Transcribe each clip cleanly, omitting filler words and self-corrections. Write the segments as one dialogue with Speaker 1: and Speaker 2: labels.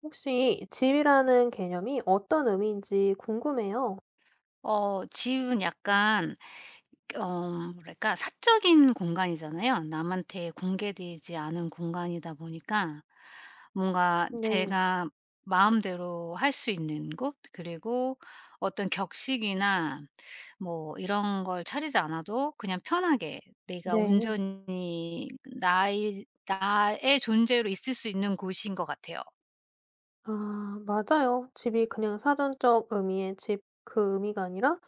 Speaker 1: 혹시 집이라는 개념이 어떤 의미인지 궁금해요.
Speaker 2: 집은 약간 그, 뭐랄까 사적인 공간이잖아요. 남한테 공개되지 않은 공간이다 보니까 뭔가
Speaker 1: 네.
Speaker 2: 제가 마음대로 할 수 있는 곳. 그리고 어떤 격식이나 뭐 이런 걸 차리지 않아도 그냥 편하게 내가
Speaker 1: 네.
Speaker 2: 온전히 나의 존재로 있을 수 있는 곳인 것 같아요.
Speaker 1: 아 맞아요. 집이 그냥 사전적 의미의 집 그 의미가 아니라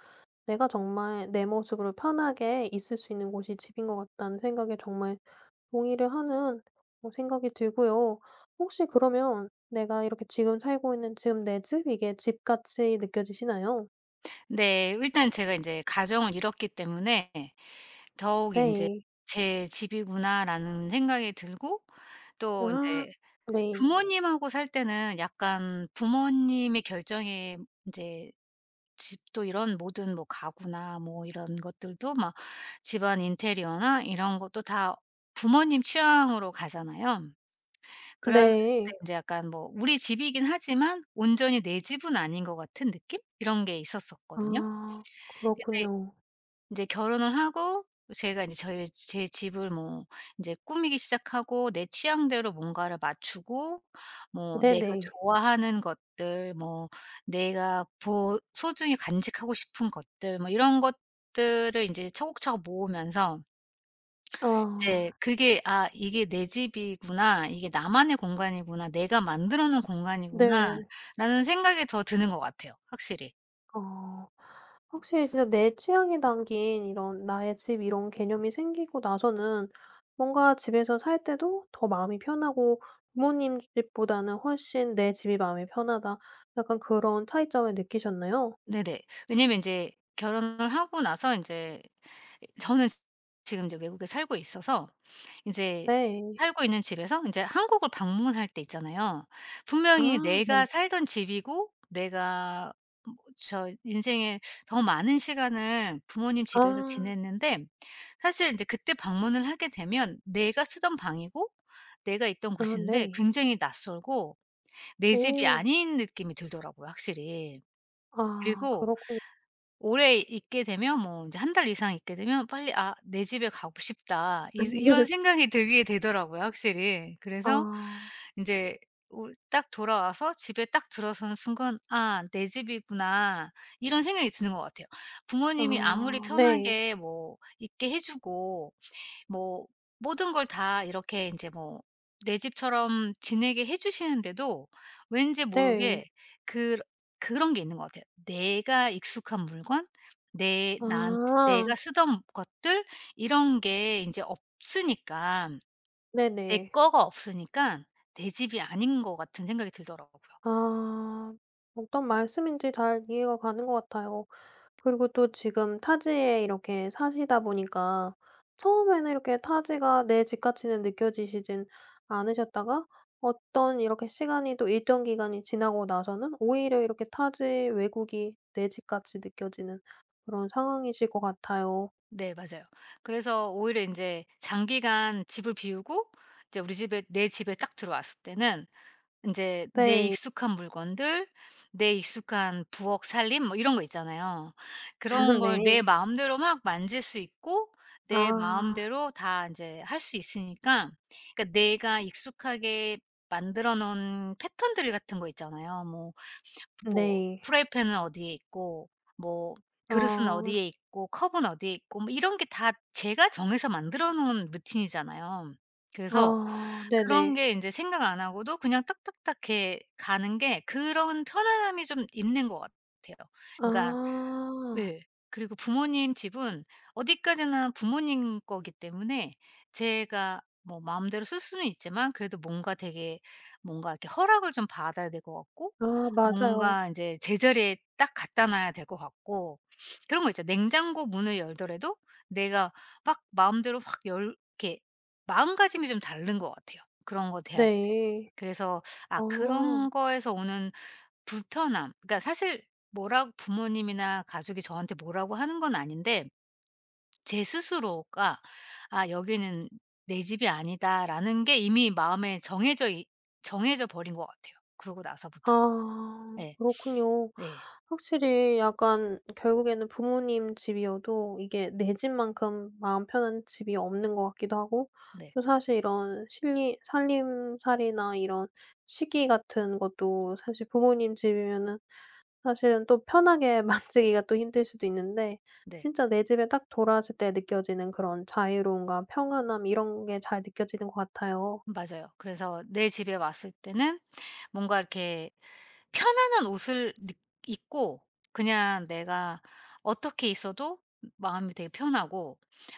Speaker 1: 내가 정말 내 모습으로 편하게 있을 수 있는 곳이 집인 것 같다는 생각에 정말 동의를 하는 생각이 들고요. 혹시 그러면 내가 이렇게 지금 살고 있는 지금 내 집 이게 집같이 느껴지시나요?
Speaker 2: 네. 일단 제가 인제 가정을 잃었기 때문에 더욱 인제
Speaker 1: 네.
Speaker 2: '제 집이구나.'라는 생각이 들고, 또
Speaker 1: 아
Speaker 2: 인제
Speaker 1: 네.
Speaker 2: 부모님하고 살 때는 약간 부모님의 결정에 인제 집도 이런 모든 뭐 가구나 뭐 이런 것들도 막, 집안 인테리어나 이런 것도 다 부모님 취향으로 가잖아요. 그랬을 때
Speaker 1: 네.
Speaker 2: 인제 약간 뭐 우리 집이긴 하지만 온전히 내 집은 아닌 것 같은 느낌? 이런 게 있었었거든요.
Speaker 1: 아
Speaker 2: 근데
Speaker 1: 그렇군요.
Speaker 2: 이제 결혼을 하고 제가 이제 저희 제 집을 뭐 이제 꾸미기 시작하고, 내 취향대로 뭔가를 맞추고, 뭐 내가
Speaker 1: 네네.
Speaker 2: 좋아하는 것들, 뭐 내가 보 소중히 간직하고 싶은 것들, 뭐 이런 것들을 인제 차곡차곡 모으면서 이제
Speaker 1: 아
Speaker 2: 그게 '아 이게 내 집이구나. 이게 나만의 공간이구나. 내가 만들어 놓은
Speaker 1: 네.
Speaker 2: 공간이구나.'라는 생각이 더 드는 것 같아요, 확실히.
Speaker 1: 아. 확실히 진짜 내 취향이 담긴 이런 나의 집 이런 개념이 생기고 나서는 뭔가 집에서 살 때도 더 마음이 편하고 '부모님 집보다는 훨씬 내 집이 마음이 편하다.' 약간 그런 차이점을 느끼셨나요?
Speaker 2: 네네. 왜냐면 인제 결혼을 하고 나서 인제 저는 지금 이제 외국에 살고 있어서 인제
Speaker 1: 네.
Speaker 2: 살고 있는 집에서 인제 한국을 방문할 때 있잖아요. 분명히
Speaker 1: 아
Speaker 2: 내가
Speaker 1: 네.
Speaker 2: 살던 집이고, 내가 뭐 저 인생에 더 많은 시간을 부모님 집에서
Speaker 1: 아.
Speaker 2: 지냈는데, 사실 인제 그때 방문을 하게 되면 내가 쓰던 방이고 내가 있던
Speaker 1: 아
Speaker 2: 곳인데
Speaker 1: 네.
Speaker 2: 굉장히 낯설고 내 집이
Speaker 1: 오.
Speaker 2: 아닌 느낌이 들더라고요, 확실히.
Speaker 1: 아
Speaker 2: 그리고
Speaker 1: 그렇군요.
Speaker 2: 오래 있게 되면, 뭐 이제 한 달 이상 있게 되면 '빨리, 아 내 집에 가고 싶다.' 이 이런 생각이 들게 되더라고요, 확실히. 그래서
Speaker 1: 아.
Speaker 2: 인제 올 딱 돌아와서 집에 딱 들어서는 순간 '아 내 집이구나.' 이런 생각이 드는 것 같아요. 부모님이 아무리
Speaker 1: 아 네.
Speaker 2: 편하게 뭐 있게 해 주고, 뭐 모든 걸 다 이렇게 이제 뭐 내 집처럼 지내게 해 주시는데도 왠지
Speaker 1: 네.
Speaker 2: 모르게 그 그런 게 있는 것 같아요. 내가 익숙한 물건, 내 나한테
Speaker 1: 아.
Speaker 2: 내가 쓰던 것들, 이런 게 인제 없으니까, 내
Speaker 1: 네네.
Speaker 2: 거가 없으니까 '내 집이 아닌 것 같은' 생각이 들더라고요.
Speaker 1: 아. 어떤 말씀인지 잘 이해가 가는 것 같아요. 그리고 또 지금 타지에 이렇게 사시다 보니까 처음에는 이렇게 타지가 내 집 같이는 느껴지시진 않으셨다가 어떤 이렇게 시간이 또 일정 기간이 지나고 나서는 오히려 이렇게 타지 외국이 내 집 같이 느껴지는 그런 상황이실 것 같아요.
Speaker 2: 네 맞아요. 그래서 오히려 인제 장기간 집을 비우고 이제 우리 집에, 내 집에 딱 들어왔을 때는 인제 내
Speaker 1: 네.
Speaker 2: 익숙한 물건들, 내 익숙한 부엌 살림 뭐 이런 거 있잖아요. 그런 걸 내
Speaker 1: 네.
Speaker 2: 마음대로 막 만질 수 있고, 내
Speaker 1: 아.
Speaker 2: 마음대로 다 인제 할 수 있으니까. 그러니까 내가 익숙하게 만들어 놓은 패턴들 같은 거 있잖아요. 뭐
Speaker 1: 네.
Speaker 2: 프라이팬은 어디에 있고, 뭐 그릇은
Speaker 1: 아.
Speaker 2: 어디에 있고, 컵은 어디에 있고, 뭐 이런 게 다 제가 정해서 만들어 놓은 루틴이잖아요. 그래서
Speaker 1: 아.
Speaker 2: 그런
Speaker 1: 네네.
Speaker 2: 게 인제 생각 안 하고도 그냥 딱딱딱 이렇게 가는 게, 그런 편안함이 좀 있는 것 같아요. 그러니까.
Speaker 1: 아.
Speaker 2: 네. 그리고 부모님 집은 어디까지나 부모님 거기 때문에 제가 뭐 마음대로 쓸 수는 있지만, 그래도 뭔가 되게, 뭔가 이렇게 허락을 좀 받아야 될 것 같고,
Speaker 1: 아 맞아요.
Speaker 2: 뭔가 인제 제자리에 딱 갖다 놔야 될 것 같고, 그런 거 있죠. 냉장고 문을 열더라도 내가 막 마음대로 확 열 이렇게, 마음가짐이 좀 다른 것 같아요, 그런 거 대할 때.
Speaker 1: 네.
Speaker 2: 그래서 아 그런
Speaker 1: 아.
Speaker 2: 거에서 오는 불편함. 그러니까 사실 뭐라고 부모님이나 가족이 저한테 뭐라고 하는 건 아닌데, 제 스스로가 '아 여기는 내 집이 아니다.'라는 게 이미 마음에 정해져 버린 것 같아요. 그러고 나서부터.
Speaker 1: 아
Speaker 2: 예.
Speaker 1: 그렇군요.
Speaker 2: 예.
Speaker 1: 확실히 약간 결국에는 부모님 집이어도 이게 내 집만큼 마음 편한 집이 없는 것 같기도 하고
Speaker 2: 네.
Speaker 1: 또 사실 이런 실리 살림살이나 이런 식기 같은 것도 사실 부모님 집이면은 사실은 또 편하게 만지기가 또 힘들 수도 있는데
Speaker 2: 네.
Speaker 1: 진짜 내 집에 딱 돌아왔을 때 느껴지는 그런 자유로움과 평안함 이런 게 잘 느껴지는 것 같아요.
Speaker 2: 맞아요. 그래서 내 집에 왔을 때는 뭔가 이렇게 편안한 옷을 느 입고, 그냥 내가 어떻게 있어도 마음이 되게 편하고,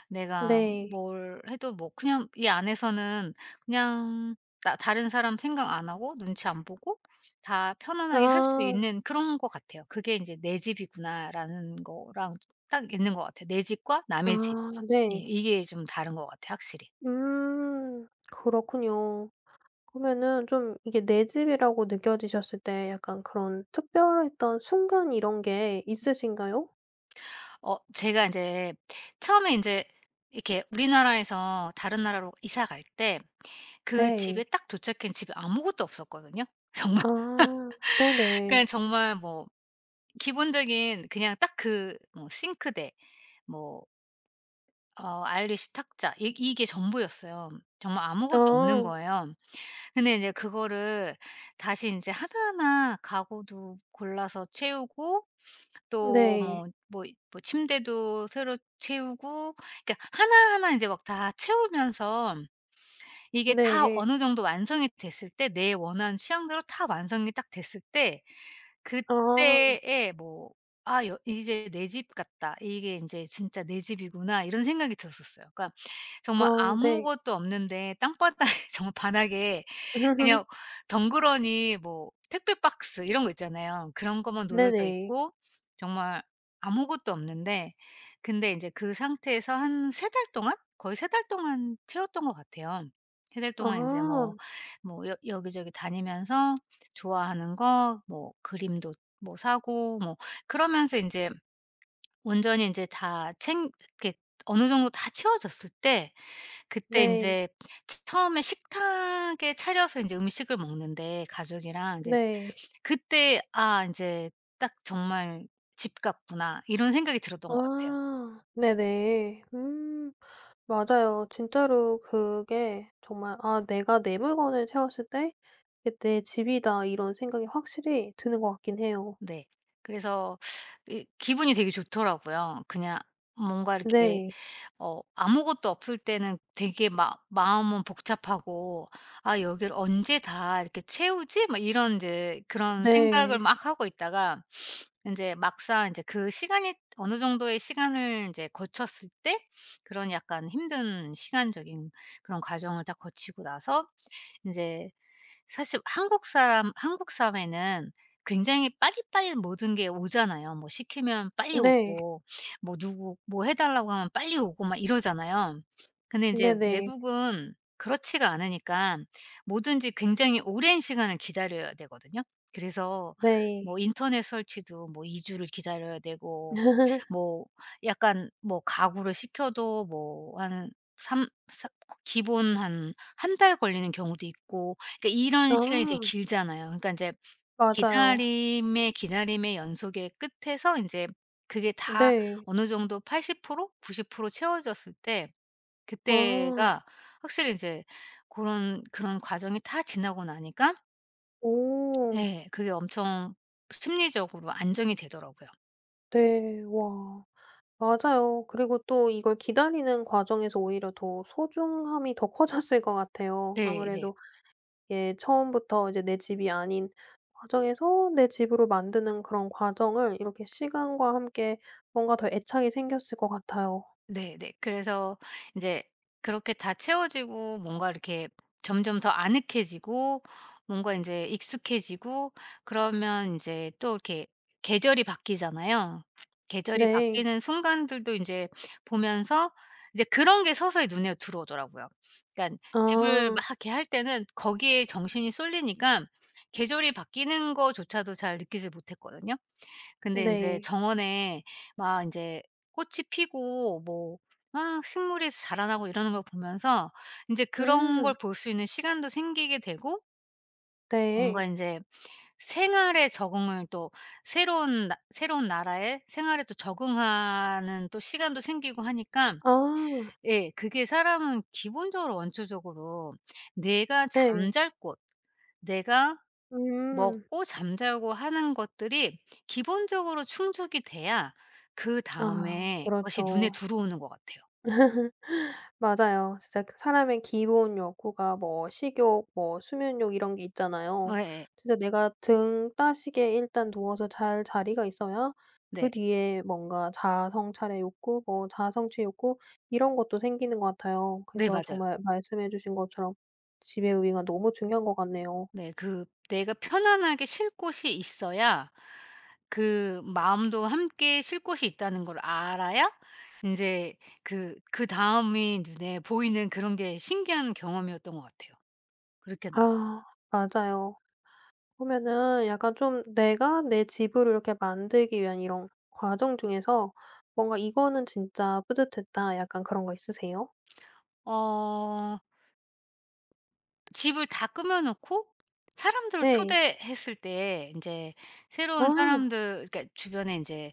Speaker 2: 내가
Speaker 1: 네.
Speaker 2: 뭘 해도 뭐 그냥 이 안에서는 그냥 나 다른 사람 생각 안 하고 눈치 안 보고 다 편안하게 할 수
Speaker 1: 아.
Speaker 2: 있는, 그런 것 같아요. 그게 이제 '내 집이구나.'라는 거랑 딱 있는 것 같아요. 내 집과
Speaker 1: 아
Speaker 2: 남의 집. 예
Speaker 1: 네.
Speaker 2: 이게 좀 다른 것 같아요, 확실히.
Speaker 1: 그렇군요. 그러면은 좀 이게 내 집이라고 느껴지셨을 때 약간 그런 특별했던 순간 이런 게 있으신가요?
Speaker 2: 제가 이제 처음에 이제 이렇게 우리나라에서 다른 나라로 이사 갈 때, 그 집에
Speaker 1: 네.
Speaker 2: 딱 도착한 집에 아무것도 없었거든요. 정말.
Speaker 1: 아 네네.
Speaker 2: 그냥 정말 뭐 기본적인 그냥 딱, 그 뭐 싱크대, 뭐 아이리시 탁자, 이 이게 전부였어요. 정말
Speaker 1: 아
Speaker 2: 아무것도 없는 거예요. 근데 이제 그거를 다시 이제 하나하나 가구도 골라서 채우고, 또
Speaker 1: 네.
Speaker 2: 뭐 침대도 새로 채우고, 그러니까 하나하나 인제 막 다 채우면서 이게 다
Speaker 1: 네.
Speaker 2: 어느 정도 완성이 됐을 때, 내 원하는 취향대로 다 완성이 딱 됐을 때,
Speaker 1: 아.
Speaker 2: 그때에 뭐 '아 여 이제 내 집 같다. 이게 인제 진짜 내 집이구나.' 이런 생각이 들었었어요. 그러니까 정말
Speaker 1: 아 네.
Speaker 2: 아무것도 없는데, 땅바닥에 정말 바닥에 그냥 덩그러니 뭐 택배 박스 이런 거 있잖아요. 그런 것만 놓여져
Speaker 1: 네네.
Speaker 2: 있고 정말 아무것도 없는데, 근데 인제 그 상태에서 한 세 달 동안, 거의 세 달 동안 채웠던 것 같아요. 세 달 동안 인제
Speaker 1: 아
Speaker 2: 뭐 여 여기저기 다니면서, 좋아하는 거 뭐 그림도 뭐 사고 뭐, 그러면서 인제 온전히 인제 다 챙 이렇게 어느 정도 다 채워졌을 때, 그때
Speaker 1: 네.
Speaker 2: 인제 처음에 식탁에 차려서 인제 음식을 먹는데, 가족이랑 인제,
Speaker 1: 네.
Speaker 2: 그때 '아 인제 딱 정말 집 같구나.' 이런 생각이 들었던 것 같아요.
Speaker 1: 아 네네. 음. 맞아요. 진짜로 그게 정말 '아 내가 내 물건을 채웠을 때 이게 내 집이다.' 이런 생각이 확실히 드는 것 같긴 해요.
Speaker 2: 네. 그래서 이 기분이 되게 좋더라고요. 그냥 뭔가 이렇게,
Speaker 1: 네.
Speaker 2: 아무것도 없을 때는 되게 막 마음은 복잡하고 '아 여기를 언제 다 이렇게 채우지?' 막 이런 인제 그런 생각을
Speaker 1: 네.
Speaker 2: 막 하고 있다가, 인제 막상 인제 그 시간이, 어느 정도의 시간을 인제 거쳤을 때, 그런 약간 힘든 시간적인 그런 과정을 다 거치고 나서 인제, 사실 한국 사람, 한국 사회는 굉장히 빠릿빠릿 모든 게 오잖아요. 뭐 시키면 빨리
Speaker 1: 네.
Speaker 2: 오고, 뭐 누구 뭐 해 달라고 하면 빨리 오고 막 이러잖아요. 근데 이제
Speaker 1: 네네.
Speaker 2: 외국은 그렇지가 않으니까, 뭐든지 굉장히 오랜 시간을 기다려야 되거든요. 그래서
Speaker 1: 네.
Speaker 2: 뭐 인터넷 설치도 뭐 2주 주를 기다려야 되고, 뭐 약간 뭐 가구를 시켜도 뭐 한 삼 사, 기본 한 한 달 걸리는 경우도 있고, 그러니까 이런 시간이 되게
Speaker 1: 아
Speaker 2: 길잖아요. 그러니까 인제
Speaker 1: 맞아요.
Speaker 2: 기다림의 기다림의 연속의 끝에서 인제 그게 다
Speaker 1: 네.
Speaker 2: 어느 정도 80% 90% 채워졌을 때,
Speaker 1: 아.
Speaker 2: 그때가 확실히 인제 고런 그런 과정이 다 지나고 나니까,
Speaker 1: 오.
Speaker 2: 예 그게 엄청 심리적으로 안정이 되더라고요.
Speaker 1: 네. 와. 맞아요. 그리고 또 이걸 기다리는 과정에서 오히려 더 소중함이 더 커졌을 것 같아요
Speaker 2: 네 네.
Speaker 1: 아무래도. 예 처음부터 이제 내 집이 아닌 과정에서 내 집으로 만드는 그런 과정을 이렇게 시간과 함께 뭔가 더 애착이 생겼을 것 같아요.
Speaker 2: 네네. 그래서 이제 그렇게 다 채워지고 뭔가 이렇게 점점 더 아늑해지고, 뭔가 이제 익숙해지고, 그러면 이제 또 이렇게 계절이 바뀌잖아요. 계절이
Speaker 1: 네.
Speaker 2: 바뀌는 순간들도 이제 보면서 이제 그런 게 서서히 눈에 들어오더라고요. 그러니까 집을
Speaker 1: 아
Speaker 2: 막 이렇게 할 때는 거기에 정신이 쏠리니까 계절이 바뀌는 거조차도 잘 느끼지 못했거든요. 근데 이제
Speaker 1: 네.
Speaker 2: 정원에 막 이제 꽃이 피고, 뭐 막 식물이 자라나고 이러는 걸 보면서 인제 그런 걸
Speaker 1: 음
Speaker 2: 볼 수 있는 시간도 생기게 되고, 뭔가
Speaker 1: 네.
Speaker 2: 인제 생활에 적응을 또, 새로운 나 새로운 나라의 생활에 또 적응하는 또 시간도 생기고 하니까.
Speaker 1: 아
Speaker 2: 예 그게 사람은 기본적으로 원초적으로 내가
Speaker 1: 네.
Speaker 2: 잠잘 곳, 내가
Speaker 1: 음.
Speaker 2: 먹고 잠자고 하는 것들이 기본적으로 충족이 돼야
Speaker 1: 아
Speaker 2: 그다음에 것이 눈에
Speaker 1: 그렇죠.
Speaker 2: 들어오는 것 같아요.
Speaker 1: 맞아요. 진짜 그 사람의 기본 욕구가 뭐 식욕, 뭐 수면욕 이런 게 있잖아요.
Speaker 2: 예 예.
Speaker 1: 진짜 내가 등 따시게 일단 누워서 잘 자리가 있어야 그
Speaker 2: 네.
Speaker 1: 뒤에 뭔가 자아성찰의 욕구, 뭐 자아성취 욕구 이런 것도 생기는 것 같아요.
Speaker 2: 네
Speaker 1: 그래서
Speaker 2: 맞아요.
Speaker 1: 정말 말씀해 주신 것처럼 집의 의미가 너무 중요한 것 같네요.
Speaker 2: 네 그 내가 편안하게 쉴 곳이 있어야, 그 마음도 함께 쉴 곳이 있다는 걸 알아야 인제 그 그다음이 눈에 보이는, 그런 게 신기한 경험이었던 것 같아요. 그렇게 나죠.
Speaker 1: 아 맞아요. 보면은 약간 좀 내가 내 집으로 이렇게 만들기 위한 이런 과정 중에서 뭔가 '이거는 진짜 뿌듯했다.' 약간 그런 거 있으세요?
Speaker 2: 어 집을 다 꾸며 놓고 사람들을
Speaker 1: 네.
Speaker 2: 초대했을 때 인제, 새로운
Speaker 1: 아.
Speaker 2: 사람들, 그러니까 주변에 인제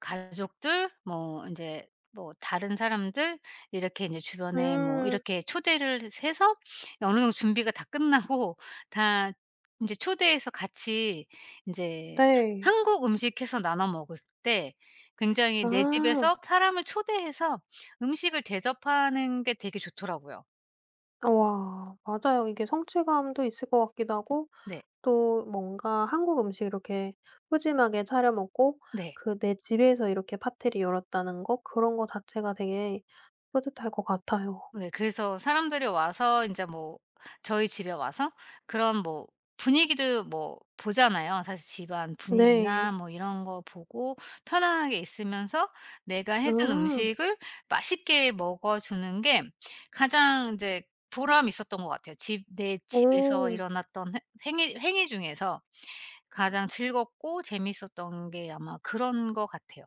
Speaker 2: 가족들, 뭐 인제 뭐 다른 사람들 이렇게 인제 주변에 뭐
Speaker 1: 음.
Speaker 2: 이렇게 초대를 해서 어느 정도 준비가 다 끝나고, 다 인제 초대해서 같이 인제
Speaker 1: 네.
Speaker 2: 한국 음식해서 나눠 먹을 때, 굉장히 내
Speaker 1: 아.
Speaker 2: 집에서 사람을 초대해서 음식을 대접하는 게 되게 좋더라고요.
Speaker 1: 와. 맞아요. 이게 성취감도 있을 것 같기도 하고
Speaker 2: 네.
Speaker 1: 또 뭔가 한국 음식 이렇게 푸짐하게 차려 먹고
Speaker 2: 네.
Speaker 1: 그 내 집에서 이렇게 파티를 열었다는 거 그런 거 자체가 되게 뿌듯할 것 같아요.
Speaker 2: 네. 그래서 사람들이 와서 이제 뭐 저희 집에 와서 그런 뭐 분위기도 뭐 보잖아요. 사실 집안 분위기나
Speaker 1: 네.
Speaker 2: 뭐 이런 거 보고, 편안하게 있으면서 내가 해준
Speaker 1: 아.
Speaker 2: 음식을 맛있게 먹어주는 게 가장 이제 보람이 있었던 것 같아요. 집 내 집에서
Speaker 1: 오.
Speaker 2: 일어났던 행 행위 행위 중에서 가장 즐겁고 재밌었던 게 아마 그런 것 같아요.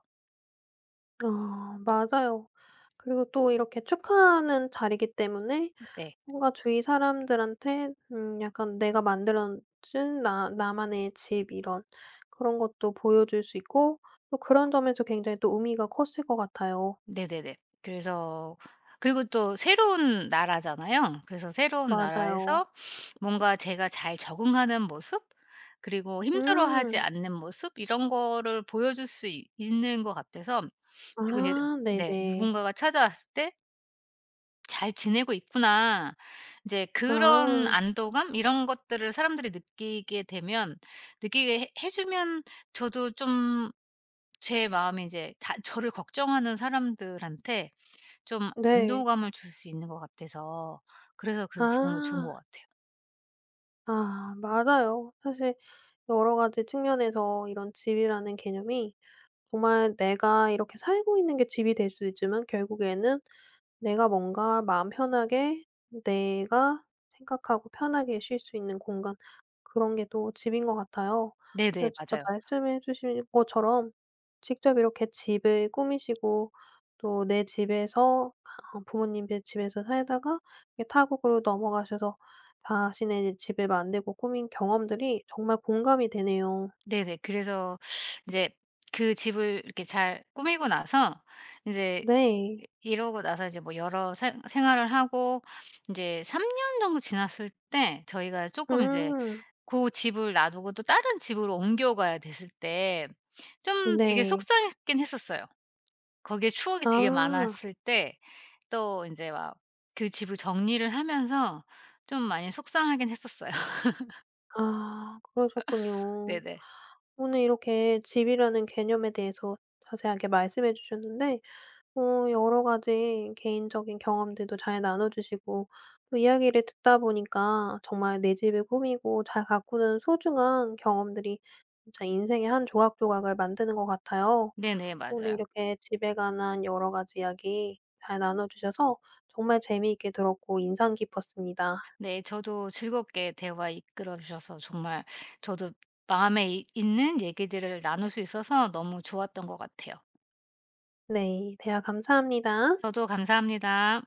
Speaker 1: 아 맞아요. 그리고 또 이렇게 축하하는 자리이기 때문에
Speaker 2: 네.
Speaker 1: 뭔가 주위 사람들한테 약간 내가 만들어 준 나 나만의 집 이런 그런 것도 보여줄 수 있고 또 그런 점에서 굉장히 또 의미가 컸을 것 같아요.
Speaker 2: 네네네. 그래서, 그리고 또 새로운 나라잖아요. 그래서 새로운
Speaker 1: 맞아요.
Speaker 2: 나라에서 뭔가 제가 잘 적응하는 모습, 그리고 힘들어하지
Speaker 1: 음.
Speaker 2: 않는 모습, 이런 거를 보여줄 수 있 있는 것 같아서. 그리고 이제
Speaker 1: 아
Speaker 2: 네
Speaker 1: 네네.
Speaker 2: 누군가가 찾아왔을 때 '잘 지내고 있구나.' 이제 그런
Speaker 1: 아
Speaker 2: 안도감, 이런 것들을 사람들이 느끼게 되면, 느끼게 해 주면, 저도 좀 제 마음이, 제다 저를 걱정하는 사람들한테 좀
Speaker 1: 네.
Speaker 2: 안도감을 줄 수 있는 것 같아서, 그래서 그런 거 좋은
Speaker 1: 아.
Speaker 2: 것 같아요.
Speaker 1: 아 맞아요. 사실 여러 가지 측면에서 이런 집이라는 개념이 정말 내가 이렇게 살고 있는 게 집이 될 수도 있지만 결국에는 내가 뭔가 마음 편하게 내가 생각하고 편하게 쉴 수 있는 공간 그런 게 또 집인 것 같아요.
Speaker 2: 네네.
Speaker 1: 그래서 진짜
Speaker 2: 맞아요.
Speaker 1: 말씀해 주신 것처럼 직접 이렇게 집을 꾸미시고 또 내 집에서 아 부모님의 집에서 살다가 이렇게 타국으로 넘어가셔서 자신의 이제 집을 만들고 꾸민 경험들이 정말 공감이 되네요.
Speaker 2: 네네. 그래서 인제 그 집을 이렇게 잘 꾸미고 나서 인제, 이
Speaker 1: 네.
Speaker 2: 이러고 나서 이제 뭐 여러 생 생활을 하고 인제 3년 정도 지났을 때, 저희가 쪼끔 이제
Speaker 1: 음.
Speaker 2: 고 집을 놔두고 또 다른 집으로 옮겨가야 됐을 때 좀 되게
Speaker 1: 네.
Speaker 2: 속상했긴 했었어요. 거기에 추억이 되게
Speaker 1: 아.
Speaker 2: 많았을 때, 또 인제 막 그 집을 정리를 하면서 좀 많이 속상하긴 했었어요.
Speaker 1: 아 그러셨군요.
Speaker 2: 네네.
Speaker 1: 오늘 이렇게 집이라는 개념에 대해서 자세하게 말씀해 주셨는데 여러 가지 개인적인 경험들도 잘 나눠 주시고 또 이야기를 듣다 보니까 정말 내 집을 꾸미고 잘 가꾸는 소중한 경험들이 진짜 인생의 한 조각조각을 만드는 것 같아요.
Speaker 2: 네네.
Speaker 1: 오늘
Speaker 2: 맞아요.
Speaker 1: 이렇게 집에 관한 여러 가지 이야기 잘 나눠 주셔서 정말 재미있게 들었고 인상 깊었습니다.
Speaker 2: 네. 저도 즐겁게 대화 이끌어 주셔서 정말, 저도 마음에 이 있는 얘기들을 나눌 수 있어서 너무 좋았던 것 같아요.
Speaker 1: 네. 대화 감사합니다.
Speaker 2: 저도 감사합니다.